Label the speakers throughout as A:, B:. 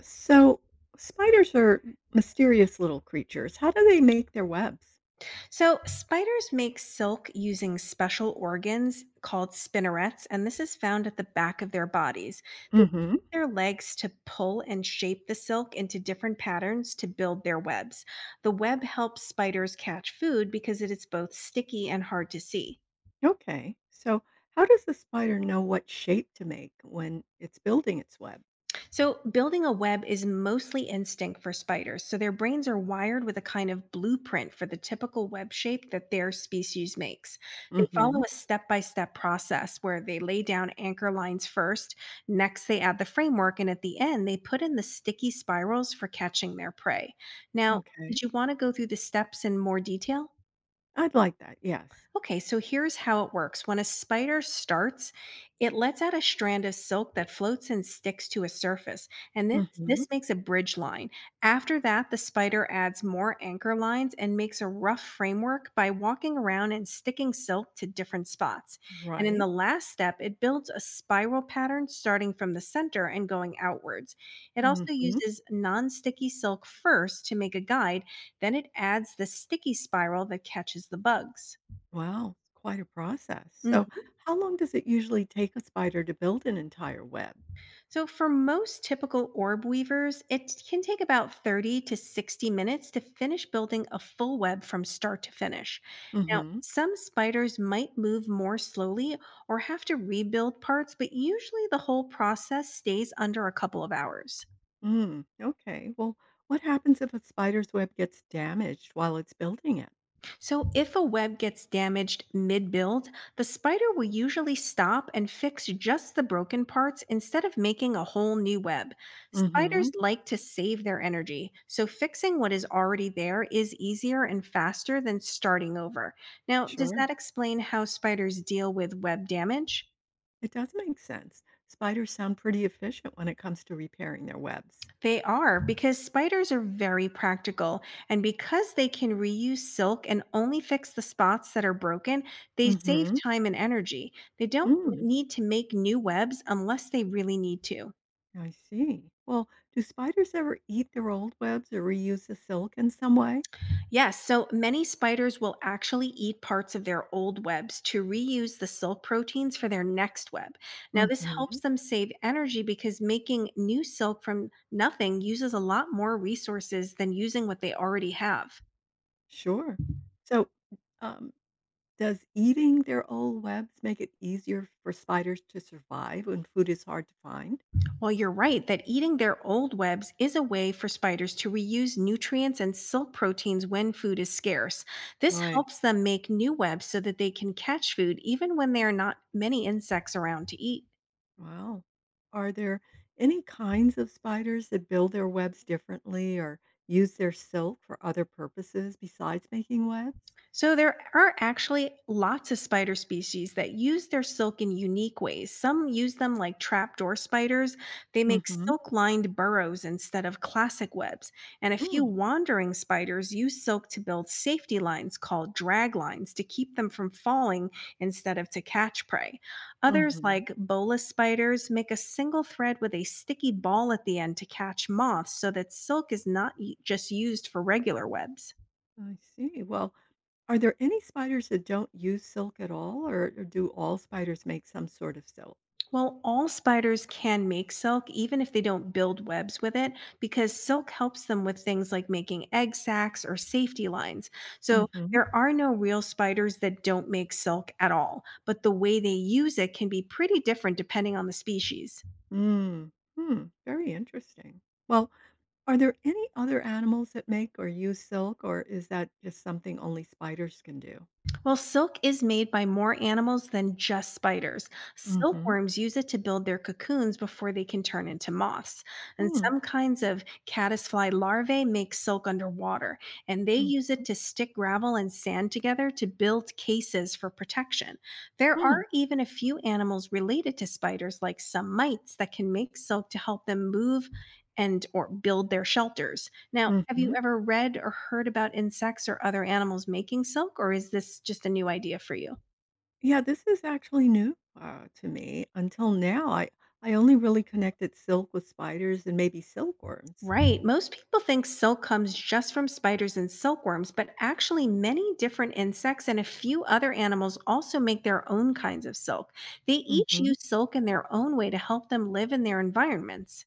A: So, spiders are mysterious little creatures. How do they make their webs?
B: So, spiders make silk using special organs called spinnerets, and this is found at the back of their bodies. They
A: Hmm.
B: use their legs to pull and shape the silk into different patterns to build their webs. The web helps spiders catch food because it is both sticky and hard to see.
A: Okay. So, how does the spider know what shape to make when it's building its web?
B: So, building a web is mostly instinct for spiders. So, their brains are wired with a kind of blueprint for the typical web shape that their species makes. They follow
A: Hmm.
B: a step by step process where they lay down anchor lines first, next, they add the framework, and at the end, they put in the sticky spirals for catching their prey. Now,
A: Okay.
B: did you want to go through the steps in more detail?
A: I'd like that. Yes.
B: Okay, so here's how it works. When a spider starts, it lets out a strand of silk that floats and sticks to a surface, and this,
A: Hmm.
B: this makes a bridge line. After that, the spider adds more anchor lines and makes a rough framework by walking around and sticking silk to different spots. And in
A: Right.
B: the last step, it builds a spiral pattern starting from the center and going outwards. It also
A: Hmm.
B: uses non sticky silk first to make a guide, then it adds the sticky spiral that catches the bugs.
A: Wow. It's quite a process. So, how long does it usually take a spider to build an entire web?
B: So, for most typical orb weavers, it can take about 30 to 60 minutes to finish building a full web from start to finish. Now,
A: Hmm.
B: some spiders might move more slowly or have to rebuild parts, but usually the whole process stays under a couple of hours.
A: Mm, okay. Well, what happens if a spider's web gets damaged while it's building it?
B: So, if a web gets damaged mid build, the spider will usually stop and fix just the broken parts instead of making a whole new web. Spiders
A: Hmm.
B: like to save their energy, so fixing what is already there is easier and faster than starting over. Now, does
A: Sure.
B: that explain how spiders deal with web damage?
A: It does make sense. Spiders sound pretty efficient when it comes to repairing their webs.
B: They are, because spiders are very practical. And because they can reuse silk and only fix the spots that are broken, they save
A: Mm-hmm.
B: time and energy. They don't
A: Mm,
B: need to make new webs unless they really need to.
A: I see. Well, do spiders ever eat their old webs or reuse the silk in some way?
B: Yes, so many spiders will actually eat parts of their old webs to reuse the silk proteins for their next web. Now, this
A: Mm-hmm.
B: helps them save energy because making new silk from nothing uses a lot more resources than using what they already have.
A: Sure. So, um, does eating their old webs make it easier for spiders to survive when food is hard to find?
B: Well, you're right that eating their old webs is a way for spiders to reuse nutrients and silk proteins when food is scarce. This
A: Right.
B: helps them make new webs so that they can catch food even when there are not many insects around to eat.
A: Wow. Are there any kinds of spiders that build their webs differently or use their silk for other purposes besides making webs?
B: So, there are actually lots of spider species that use their silk in unique ways. Some use them like trapdoor spiders. They make
A: Hmm.
B: silk lined burrows instead of classic webs. And a few
A: Mm,
B: wandering spiders use silk to build safety lines called drag lines to keep them from falling instead of to catch prey. Others,
A: hmm.
B: like bolus spiders, make a single thread with a sticky ball at the end to catch moths, so that silk is not just used for regular webs.
A: I see. Well, are there any spiders that don't use silk at all, or do all spiders make some sort of silk?
B: Well, all spiders can make silk even if they don't build webs with it, because silk helps them with things like making egg sacs or safety lines. So
A: Hmm.
B: there are no real spiders that don't make silk at all, but the way they use it can be pretty different depending on the species.
A: Mm, hmm. Very interesting. Well, are there any other animals that make or use silk, or is that just something only spiders can do?
B: Well, silk is made by more animals than just spiders.
A: Hmm.
B: Silkworms use it to build their cocoons before they can turn into moths. And
A: Mm,
B: some kinds of caddisfly larvae make silk underwater, and they
A: mm,
B: use it to stick gravel and sand together to build cases for protection. There are
A: mm.
B: even a few animals related to spiders like some mites that can make silk to help them move and or build their shelters. Now, have you
A: Mhm.
B: ever read or heard about insects or other animals making silk, or is this just a new idea for you?
A: Yeah, this is actually new, to me. Until now, I only really connected silk with spiders and maybe silkworms.
B: Right. Most people think silk comes just from spiders and silkworms, but actually, many different insects and a few other animals also make their own kinds of silk. They each
A: Mhm.
B: use silk in their own way to help them live in their environments.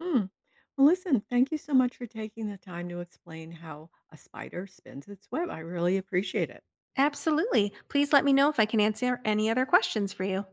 A: Hmm. Well, listen, thank you so much for taking the time to explain how a spider spins its web. I really appreciate it.
B: Absolutely. Please let me know if I can answer any other questions for you.